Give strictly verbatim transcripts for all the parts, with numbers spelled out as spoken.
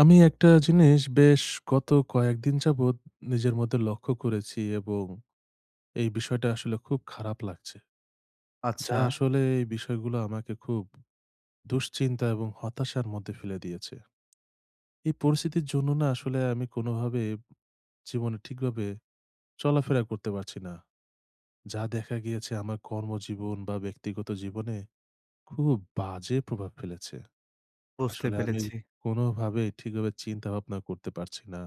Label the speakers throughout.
Speaker 1: আমি একটা জিনিস বেশ গত কয়েকদিন যাবৎ নিজের মধ্যে লক্ষ্য করেছি এবং এই বিষয়টা আসলে খুব খারাপ লাগছে। যা
Speaker 2: আচ্ছা,
Speaker 1: আসলে এই বিষয়গুলো আমাকে খুব দুশ্চিন্তা এবং হতাশার মধ্যে ফেলে দিয়েছে। এই পরিস্থিতির জন্য না আসলে আমি কোনোভাবে জীবনে ঠিকভাবে চলাফেরা করতে পারছি না। যা দেখা গিয়েছে আমার কর্মজীবন বা ব্যক্তিগত জীবনে খুব বাজে প্রভাব ফেলেছে।
Speaker 2: বুঝতে
Speaker 1: আসলে আমি
Speaker 2: পেরেছি।
Speaker 1: কোনোভাবেই ঠিকভাবে চিন্তা ভাবনা করতে পারছি না।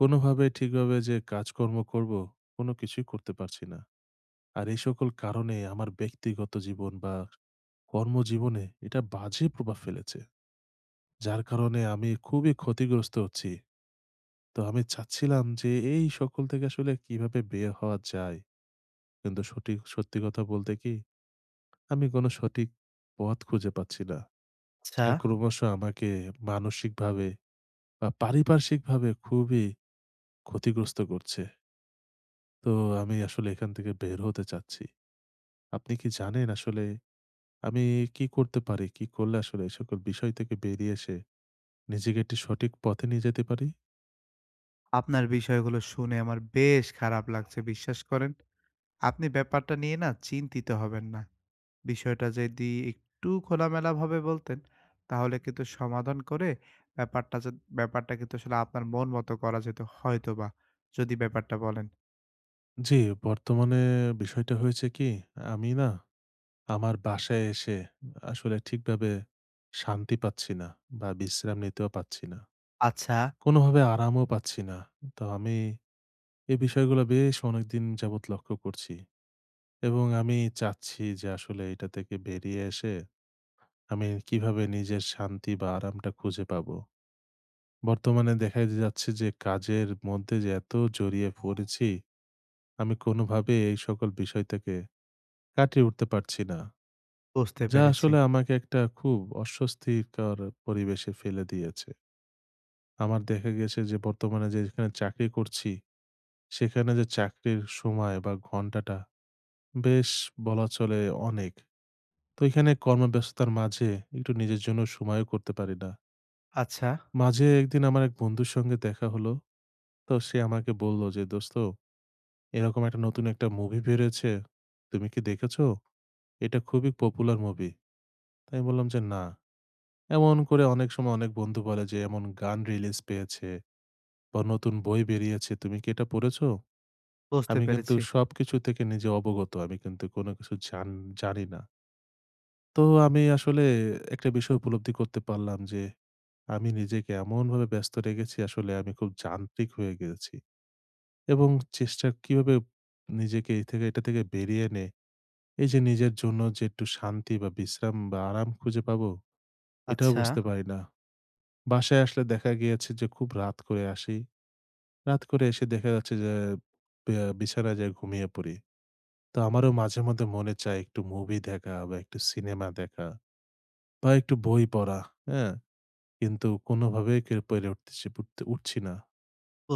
Speaker 1: কোনোভাবে ঠিকভাবে যে কাজকর্ম করব, কোনো কিছুই করতে পারছি না। আর এই সকল কারণে আমার ব্যক্তিগত জীবন বা কর্মজীবনে এটা বাজে প্রভাব ফেলেছে। যার কারণে আমি খুবই ক্ষতিগ্রস্ত হচ্ছি। তো আমি চাচ্ছিলাম যে এই সকল থেকে আসলে কিভাবে বের হওয়া যায়? কিন্তু সঠিক সত্যি কথা বলতে কি, আমি কোনো সঠিক পথ খুঁজে পাচ্ছি না।
Speaker 2: আচ্ছা,
Speaker 1: যা ক্রমশ আমাকে মানসিকভাবে বা পারিপার্শ্বিকভাবে খুবই ক্ষতিগ্রস্ত করছে। তো আমি আসলে এখান থেকে বের হতে চাচ্ছি। আপনি কি জানেন আসলে আমি কি করতে পারি? কি করলে আসলে এই সকল বিষয় থেকে বেরিয়ে এসে নিজেকে একটি সঠিক পথে নিয়ে যেতে পারি?
Speaker 2: আপনার বিষয়গুলো শুনে আমার বেশ খারাপ লাগছে, বিশ্বাস করেন। আপনি ব্যাপারটা নিয়ে না চিন্তিত হবেন না। বিষয়টা যদি একটু খোলামেলাভাবে বলতেন, তাহলে কিন্তু সমাধান করে ব্যাপারটা যদ ব্যাপারটা কিন্তু আসলে আপনার মন মতো করা যেত হয়তোবা, যদি ব্যাপারটা বলেন।
Speaker 1: জি, বর্তমানে বিষয়টা হয়েছে কি, আমি না আমার বাসায় এসে আসলে ঠিকভাবে শান্তি পাচ্ছি না বা বিশ্রাম নিতেও পাচ্ছি না।
Speaker 2: আচ্ছা,
Speaker 1: কোনোভাবে আরামও পাচ্ছি না। তো আমি এই বিষয়গুলো বেশ অনেকদিন যাবৎ লক্ষ্য করছি এবং আমি চাচ্ছি যে আসলে এটা থেকে বেরিয়ে এসে আমি কিভাবে নিজের শান্তি বা আরামটা খুঁজে পাবো? বর্তমানে দেখা যাচ্ছে যে কাজের মধ্যে যে এত জড়িয়ে পড়েছি, আমি কোনোভাবে এই সকল বিষয় থেকে কাটিয়ে উঠতে পারছি না।
Speaker 2: বুঝতে
Speaker 1: যা
Speaker 2: পেরেছি।
Speaker 1: আসলে আমাকে একটা খুব অস্বস্তিকর পরিবেশে ফেলে দিয়েছে। আমার দেখা গেছে যে বর্তমানে যেখানে চাকরি করছি, সেখানে যে চাকরির সময় বা ঘন্টাটা বেশ, বলা চলে, অনেক। তো এখানে কর্মব্যস্ততার মাঝে একটু নিজের জন্য সময়ও করতে পারি না।
Speaker 2: আচ্ছা,
Speaker 1: মাঝে একদিন আমার এক বন্ধুর সঙ্গে দেখা হলো। তো সে আমাকে বলল যে, "দোস্ত, এরকম একটা নতুন একটা মুভি বেরিয়েছে। তুমি কি দেখেছো? এটা খুবই পপুলার মুভি।" তো আমি বললাম যে, "না।" এমন করে অনেক সময় অনেক বন্ধু বলে যে, "এমন গান রিলিজ পেয়েছে বা নতুন বই বেরিয়েছে। তুমি কি এটা পড়েছো?"
Speaker 2: বুঝতে
Speaker 1: আমি কিন্তু
Speaker 2: পেরেছি।
Speaker 1: সবকিছু থেকে নিজে অবগত। আমি কিন্তু কোনো কিছু জান জানি না। তো আমি আসলে একটা বিষয় উপলব্ধি করতে পারলাম যে, আমি নিজেকে এমনভাবে ব্যস্ত রেখেছি আসলে আমি খুব যান্ত্রিক হয়ে গেছি এবং চেষ্টা কিভাবে নিজেকে এই থেকে এটা থেকে বেরিয়ে এনে এই যে নিজের জন্য যে একটু শান্তি বা বিশ্রাম বা আরাম খুঁজে পাবো, এটাও
Speaker 2: আচ্ছা,
Speaker 1: বুঝতে পারি না। বাসায় আসলে দেখা গিয়েছে যে খুব রাত করে আসি। রাত করে এসে দেখা যাচ্ছে যে ব্যা বিছানায় যেয়ে ঘুমিয়ে পড়ি। তো আমারও মাঝে মধ্যে মনে চায় একটু মুভি দেখা বা একটু সিনেমা দেখা বা একটু বই পড়া, হ্যাঁ? কিন্তু কোনোভাবেই কে পেরে উঠতেছি উঠতে উঠছি না।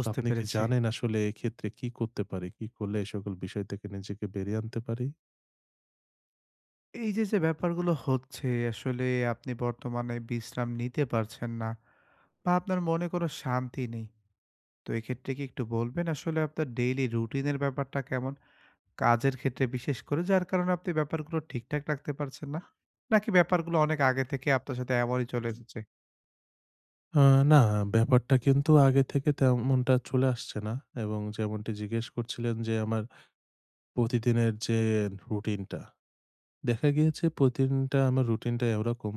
Speaker 1: তো আপনি কি
Speaker 2: পেরেছি।
Speaker 1: জানেন আসলে এক্ষেত্রে কি করতে পারি? কি করলে এই সকল বিষয় থেকে নিজেকে বেরিয়ে আনতে পারি?
Speaker 2: এই যে, যে ব্যাপারগুলো হচ্ছে আসলে আপনি বর্তমানে বিশ্রাম নিতে পারছেন না বা আপনার মনে কোনো শান্তি নেই। তো এক্ষেত্রে কি একটু বলবেন আসলে আপনার ডেইলি রুটিনের ব্যাপারটা কেমন? কাজের ক্ষেত্রে বিশেষ করে যার কারণে আপনি ব্যাপারগুলো ঠিকঠাক রাখতে পারছেন না? নাকি ব্যাপারগুলো অনেক আগে থেকে আপনার সাথে এমনই চলে এসেছে?
Speaker 1: আ না, ব্যাপারটা কিন্তু আগে থেকে তেমনটা চলে আসছে না এবং যেমনটি জিজ্ঞেস করছিলেন যে, আমার প্রতিদিনের যে রুটিনটা, দেখা গিয়েছে প্রতিদিনটা আমার রুটিনটা এরকম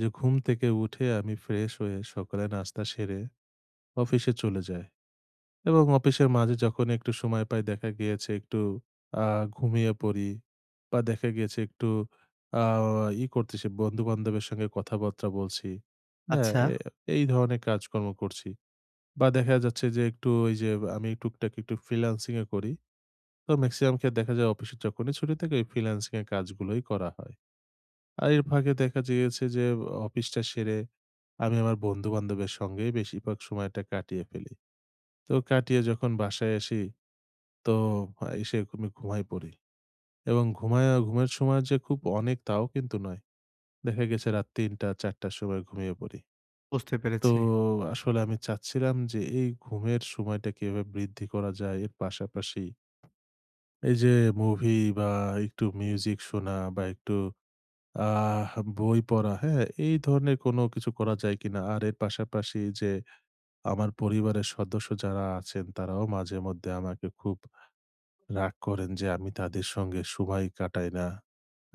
Speaker 1: যে, ঘুম থেকে উঠে আমি ফ্রেশ হয়ে সকালে নাস্তা সেরে অফিসে চলে যাই এবং অফিসের মাঝে যখন একটু সময় পাই দেখা গিয়েছে একটু আ ঘুমিয়ে পড়ি বা দেখা গিয়েছে একটু আ ই করতেছি, বন্ধু-বান্ধবের সঙ্গে কথাবার্তা বলছি। হ্যাঁ,
Speaker 2: আচ্ছা।
Speaker 1: এ এই ধরনের কাজকর্ম করছি। বা দেখা যাচ্ছে যে একটু ওই যে আমি টুকটাক একটু ফ্রিল্যান্সিং এ করি। তো মেক্সিমাম ক্ষেত্রে দেখা যায় অফিসে যখনই ছুটি থাকে ওই ফ্রিল্যান্সিং এর কাজগুলোই করা হয়। আর এর ফাঁকে দেখা গিয়েছে যে অফিসটা সেরে আমি আমার বন্ধু-বান্ধবের সঙ্গেই বেশিরভাগ সময়টা কাটিয়ে ফেলি। তো কাটিয়ে যখন বাসায় আসি, তো এসে আমি ঘুমায় পড়ি। এবং ঘুমায় ঘুমের সময় যে খুব অনেক তাও কিন্তু নয়। দেখা গেছে রাত তিনটা থেকে চারটা র সময় ঘুমিয়ে পড়ি।
Speaker 2: বুঝতে
Speaker 1: তো
Speaker 2: পেরেছি।
Speaker 1: আসলে আমি চাচ্ছিলাম যে এই ঘুমের সময়টা কিভাবে বৃদ্ধি করা যায়, এর পাশাপাশি এই যে মুভি বা একটু মিউজিক শোনা বা একটু আহ বই পড়া, হ্যাঁ? এই ধরনের কোনো কিছু করা যায় কিনা? আর এর পাশাপাশি যে আমার পরিবারের সদস্য যারা আছেন তারাও মাঝে মধ্যে আমাকে খুব রাগ করেন যে আমি তাদের সঙ্গে সময় কাটাই না।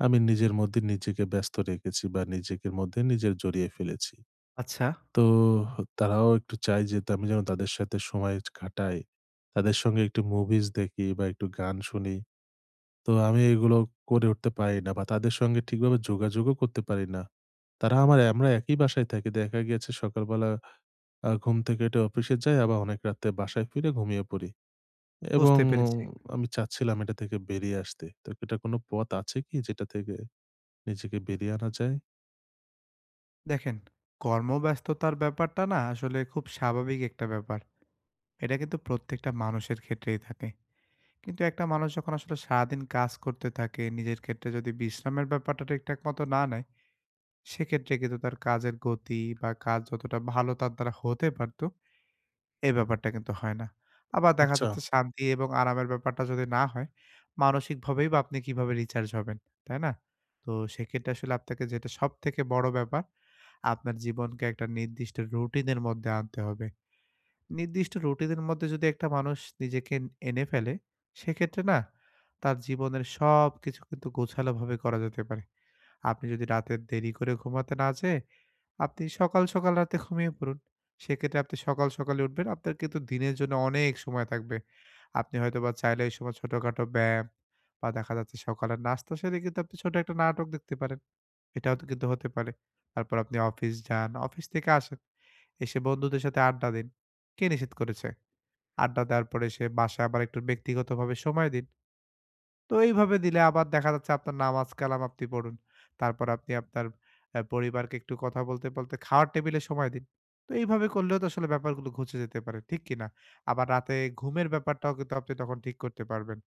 Speaker 1: আমি নিজের মধ্যে নিজেকে ব্যস্ত রেখেছি বা নিজেকে মধ্যে নিজের জড়িয়ে ফেলেছি।
Speaker 2: আচ্ছা,
Speaker 1: তো তারাও একটু চায় যে তা আমি যেন তাদের সাথে সময় কাটাই। তাদের সঙ্গে একটু মুভিজ দেখি বা একটু গান শুনি। তো আমি এগুলো করে উঠতে পারি না বা তাদের সঙ্গে ঠিকভাবে যোগাযোগও করতে পারি না। তারা আমার আমরা একই বাসায় থাকি। দেখা গিয়েছে সকালবেলা আ ঘুম থেকে উঠে অফিসে যাই, আবার অনেক রাতে বাসায় ফিরে ঘুমিয়ে পড়ি এবং
Speaker 2: বুঝতে
Speaker 1: উম,
Speaker 2: পেরেছি।
Speaker 1: আমি চাচ্ছিলাম এটা থেকে বেরিয়ে আসতে। তো এটা কোনো পথ আছে কি যেটা থেকে নিজেকে বেরিয়ে আনা যায়?
Speaker 2: দেখেন, কর্মব্যস্ততার ব্যাপারটা না আসলে খুব স্বাভাবিক একটা ব্যাপার। এটা কিন্তু প্রত্যেকটা মানুষের ক্ষেত্রেই থাকে। কিন্তু একটা মানুষ যখন আসলে সারাদিন কাজ করতে থাকে, নিজের ক্ষেত্রে যদি বিশ্রামের ব্যাপারটা ঠিকঠাক মতো না নেয়, সেক্ষেত্রে কিন্তু তার কাজের গতি বা কাজ যতটা ভালো তার দ্বারা হতে পারত, এই ব্যাপারটা কিন্তু হয় না। আবার দেখা
Speaker 1: আচ্ছা।
Speaker 2: যাচ্ছে শান্তি এবং আরামের ব্যাপারটা যদি না হয়, মানসিকভাবেই বা আপনি কিভাবে রিচার্জ হবেন, তাই না? তো সেক্ষেত্রে আসলে আপনাকে যেটা সবথেকে বড় ব্যাপার, আপনার জীবনকে একটা নির্দিষ্ট রুটিনের মধ্যে আনতে হবে। নির্দিষ্ট রুটিনের মধ্যে যদি একটা মানুষ নিজেকে এনে ফেলে, সেক্ষেত্রে না তার জীবনের সবকিছু কিন্তু গোছালোভাবে করা যেতে পারে। আপনি যদি রাতে দেরি করে ঘুমাতে না যেয়ে, আপনি সকাল, সকাল রাতে ঘুমিয়ে পড়ুন। সেক্ষেত্রে আপনি সকাল, সকালে উঠবেন। আপনার কিন্তু দিনের জন্য অনেক সময় থাকবে। আপনি হয়তোবা চাইলে ওই সময় ছোটখাটো ব্যায়াম বা দেখা যাচ্ছে সকালের নাস্তা সেরে কিন্তু আপনি ছোট একটা নাটক দেখতে পারেন। এটাও তো কিন্তু হতে পারে। তারপর আপনি অফিস যান, অফিস থেকে আসেন। এসে বন্ধুদের সাথে আড্ডা দিন। কে নিষেধ করেছে? আড্ডা দেওয়ার পরে এসে বাসায় আবার একটু ব্যক্তিগতভাবে সময় দিন। তো এইভাবে দিলে আবার দেখা যাচ্ছে আপনার নামাজ কালাম আপনি পড়ুন। তারপর আপনি আপনার অ্যা পরিবারকে একটু কথা বলতে, বলতে খাওয়ার টেবিলে সময় দিন। তো এইভাবে করলেও তো আসলে ব্যাপারগুলো ঘুচে যেতে পারে। ঠিক কি না? আবার রাতে ঘুমের ব্যাপারটাও কিন্তু আপনি তখন ঠিক করতে পারবেন।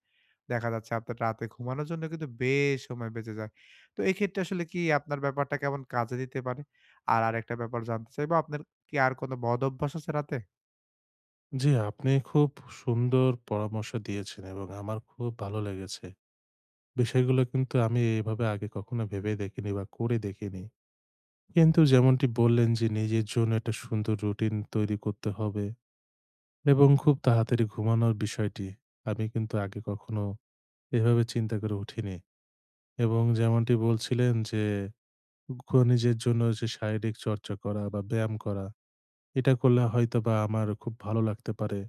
Speaker 2: দেখা যাচ্ছে আপনার রাতে ঘুমানোর জন্য কিন্তু বেশ সময় বেঁচে যায়। তো এক্ষেত্রে আসলে কি আপনার ব্যাপারটা কেমন কাজে দিতে পারে? আর আরেকটা ব্যাপার জানতে চাইবো, আপনার কি আর কোনো বদ অভ্যাস আছে রাতে?
Speaker 1: জি, আপনি খুব সুন্দর পরামর্শ দিয়েছেন এবং আমার খুব ভালো লেগেছে। বিষয়গুলো কিন্তু আমি এভাবে আগে কখনো ভেবে দেখিনি বা করে দেখিনি। কিন্তু যেমনটি বললেন যে নিজের জন্য একটা সুন্দর রুটিন তৈরি করতে হবে এবং খুব তাড়াতাড়ি ঘুমানোর বিষয়টি আমি কিন্তু আগে কখনো এভাবে চিন্তা করে উঠিনি। এবং যেমনটি বলছিলেন যে ঘু- নিজের জন্য যে শারীরিক চর্চা করা বা ব্যায়াম করা এটা করলে হয়তো বা আমার খুব ভালো লাগতে পারে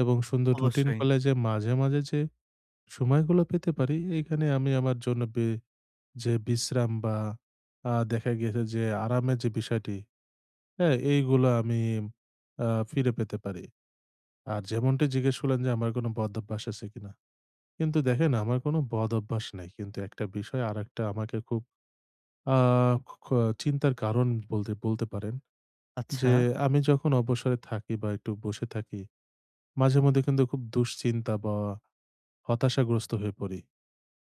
Speaker 1: এবং সুন্দর রুটিন
Speaker 2: অবশ্যই।
Speaker 1: করলে যে মাঝে মাঝে যে সময়গুলো পেতে পারি, এখানে আমি আমার জন্য বে- যে বিশ্রাম বা আহ, দেখা গেছে যে আরামের যে বিষয়টি, হ্যাঁ, এইগুলো আমি আ ফিরে পেতে পারি। আর যেমনটি জিজ্ঞেস করলেন যে আমার কোনো বদ অভ্যাস আছে কিনা? কিন্তু দেখেন, আমার কোনো বদ অভ্যাস নাই। কিন্তু একটা বিষয় আরেকটা আমাকে খুব আ খ খ চিন্তার কারণ বলতে বলতে পারেন।
Speaker 2: আচ্ছা,
Speaker 1: যে আমি যখন অবসরে থাকি বা একটু বসে থাকি, মাঝেমধ্যে কিন্তু খুব দুশ্চিন্তা বা হতাশাগ্রস্ত হয়ে পড়ি।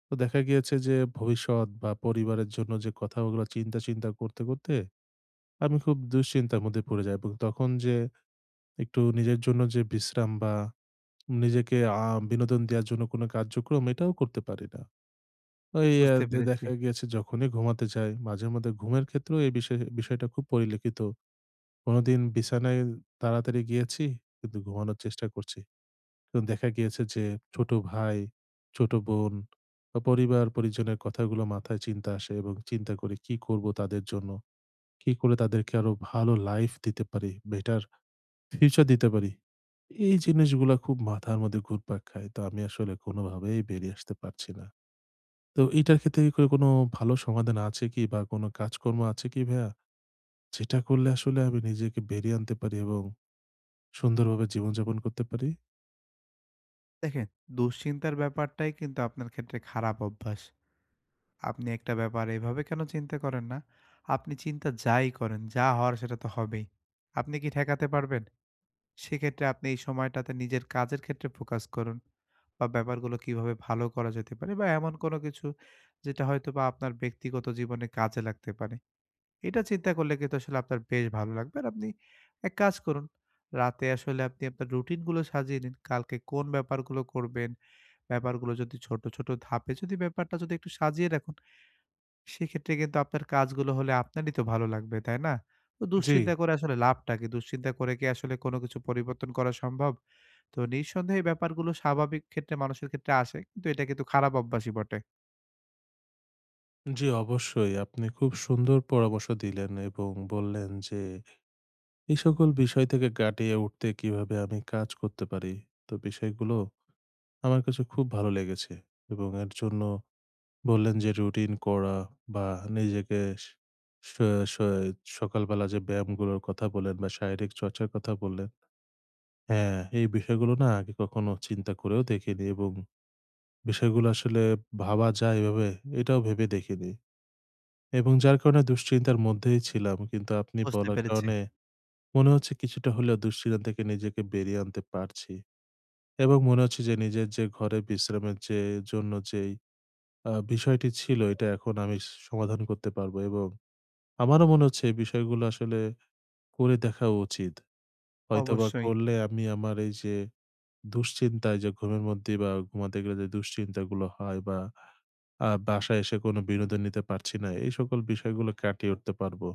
Speaker 1: তো দেখা গিয়েছে যে ভবিষ্যৎ বা পরিবারের জন্য যে কথাগুলো চিন্তা, চিন্তা করতে, করতে আমি খুব দুশ্চিন্তার মধ্যে পড়ে যাই এবং তখন যে একটু নিজের জন্য যে বিশ্রাম বা নিজেকে আ বিনোদন দেওয়ার জন্য কোনো কার্যক্রম, এটাও করতে পারি না। ওই আ
Speaker 2: বুঝতে
Speaker 1: দে
Speaker 2: পেরেছি।
Speaker 1: দেখা গিয়েছে যখনই ঘুমাতে যাই, মাঝেমধ্যে ঘুমের ক্ষেত্রেও এই বিষয় বিষয়টা খুব পরিলক্ষিত। কোনোদিন বিছানায় তাড়াতাড়ি গিয়েছি, কিন্তু ঘুমানোর চেষ্টা করছি। কিন্তু দেখা গিয়েছে যে ছোট ভাই, ছোট বোন বা পরিবার-পরিজনের কথাগুলো মাথায় চিন্তা আসে এবং চিন্তা করি কি করব তাদের জন্য? কি করে তাদেরকে আরো ভালো লাইফ দিতে পারি? বেটার ফিউচার দিতে পারি? এই জিনিসগুলা খুব মাথার মধ্যে ঘুরপাক খায়। তো আমি আসলে কোনোভাবেই বেরিয়ে আসতে পারছি না। তো এটার ক্ষেত্রে কি করে, কোনো ভালো সমাধান আছে কি বা কোনো কাজকর্ম আছে কি, ভাইয়া? যেটা করলে আসলে আমি নিজেকে বেরিয়ে আনতে পারি এবং সুন্দরভাবে জীবনযাপন করতে পারি?
Speaker 2: দেখেন, দুশ্চিন্তার ব্যাপারটাই কিন্তু আপনার ক্ষেত্রে খারাপ অভ্যাস। আপনি একটা ব্যাপার এভাবে কেন চিন্তা করেন না? আপনি চিন্তা যাই করেন, যা হওয়ার সেটা তো হবেই। আপনি কি ঠেকাতে পারবেন? সেক্ষেত্রে আপনি এই সময়টাতে নিজের কাজের ক্ষেত্রে ফোকাস করুন বা ব্যাপারগুলো কিভাবে ভালো করা যেতে পারে বা এমন কোনো কিছু যেটা হয়তো বা আপনার ব্যক্তিগত জীবনে কাজে লাগতে পারে এটা চিন্তা করলে কিন্তু আসলে আপনার বেশ ভালো লাগবে আর আপনি এক কাজ করুন রাতে আসলে আপনি আপনার রুটিনগুলো সাজিয়ে নিন কালকে কোন ব্যাপারগুলো করবেন ব্যাপারগুলো যদি ছোট ছোট ধাপে যদি ব্যাপারটা যদি একটু সাজিয়ে রাখুন সেক্ষেত্রে কিন্তু আপনার কাজগুলো হলে আপনারই তো ভালো লাগবে, তাই না? তো
Speaker 1: জি,
Speaker 2: দুশ্চিন্তা করে আসলে লাভটা কি? দুশ্চিন্তা করে কি আসলে কোনো কিছু পরিবর্তন করা সম্ভব? তো নিঃসন্দেহে এই ব্যাপারগুলো স্বাভাবিক ক্ষেত্রে মানুষের ক্ষেত্রে আসে। কিন্তু এটা কিন্তু খারাপ অভ্যাসই বটে।
Speaker 1: জি, অবশ্যই। আপনি খুব সুন্দর পরামর্শ দিলেন এবং বললেন যে এই সকল বিষয় থেকে কাটিয়ে উঠতে কিভাবে আমি কাজ করতে পারি। তো বিষয়গুলো আমার কাছে খুব ভালো লেগেছে। এবং এর জন্য বললেন যে রুটিন করা বা নিজেকে স স স সকালবেলা যে ব্যায়ামগুলোর কথা বললেন বা শারীরিক চর্চার কথা বললেন। হ্যাঁ, এই বিষয়গুলো না আগে কখনো চিন্তা করেও দেখিনি এবং বিষয়গুলো আসলে ভাবা যায় এভাবে, এটাও ভেবে দেখিনি। এবং যার কারণে দুশ্চিন্তার মধ্যেই ছিলাম। কিন্তু আপনি
Speaker 2: বুঝতে
Speaker 1: বলার
Speaker 2: পেরেছি।
Speaker 1: কারণে মনে হচ্ছে কিছুটা হলেও দুশ্চিন্তা থেকে নিজেকে বেরিয়ে আনতে পারছি। এবং মনে হচ্ছে যে নিজের যে ঘরে বিশ্রামের যে জন্য যেই আ বিষয়টি ছিল এটা এখন আমি সমাধান করতে পারবো এবং আমারও মনে হচ্ছে এই বিষয়গুলো আসলে করে দেখা উচিত। হয়তোবা
Speaker 2: অবশ্যই।
Speaker 1: করলে আমি আমার এই যে দুশ্চিন্তায় যে ঘুমের মধ্যে বা ঘুমাতে গেলে যে দুশ্চিন্তাগুলো হয় বা আ বাসায় এসে কোনো বিনোদন নিতে পারছি না, এই সকল বিষয়গুলো কাটিয়ে উঠতে পারবো।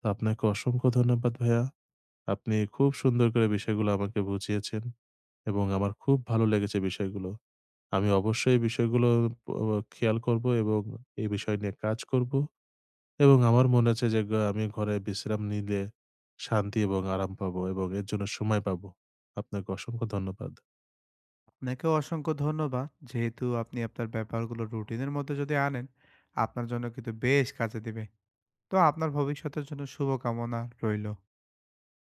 Speaker 1: তো আপনাকে অসংখ্য ধন্যবাদ, ভাইয়া। আপনি খুব সুন্দর করে বিষয়গুলো আমাকে বুঝিয়েছেন এবং আমার খুব ভালো লেগেছে বিষয়গুলো। আমি অবশ্যই এই বিষয়গুলো প খেয়াল করবো এবং এই বিষয় নিয়ে কাজ করবো। এবং আমার মনে আছে যে গ আমি ঘরে বিশ্রাম নিলে শান্তি এবং আরাম পাবো এবং এর জন্য সময় পাবো। আপনাকে অসংখ্য ধন্যবাদ।
Speaker 2: আপনাকেও অসংখ্য ধন্যবাদ। যেহেতু আপনি আপনার ব্যাপারগুলো রুটিনের মধ্যে যদি আনেন, আপনার জন্য কিন্তু বেশ কাজে দিবে। তো আপনার ভবিষ্যতের জন্য শুভকামনা রইলো।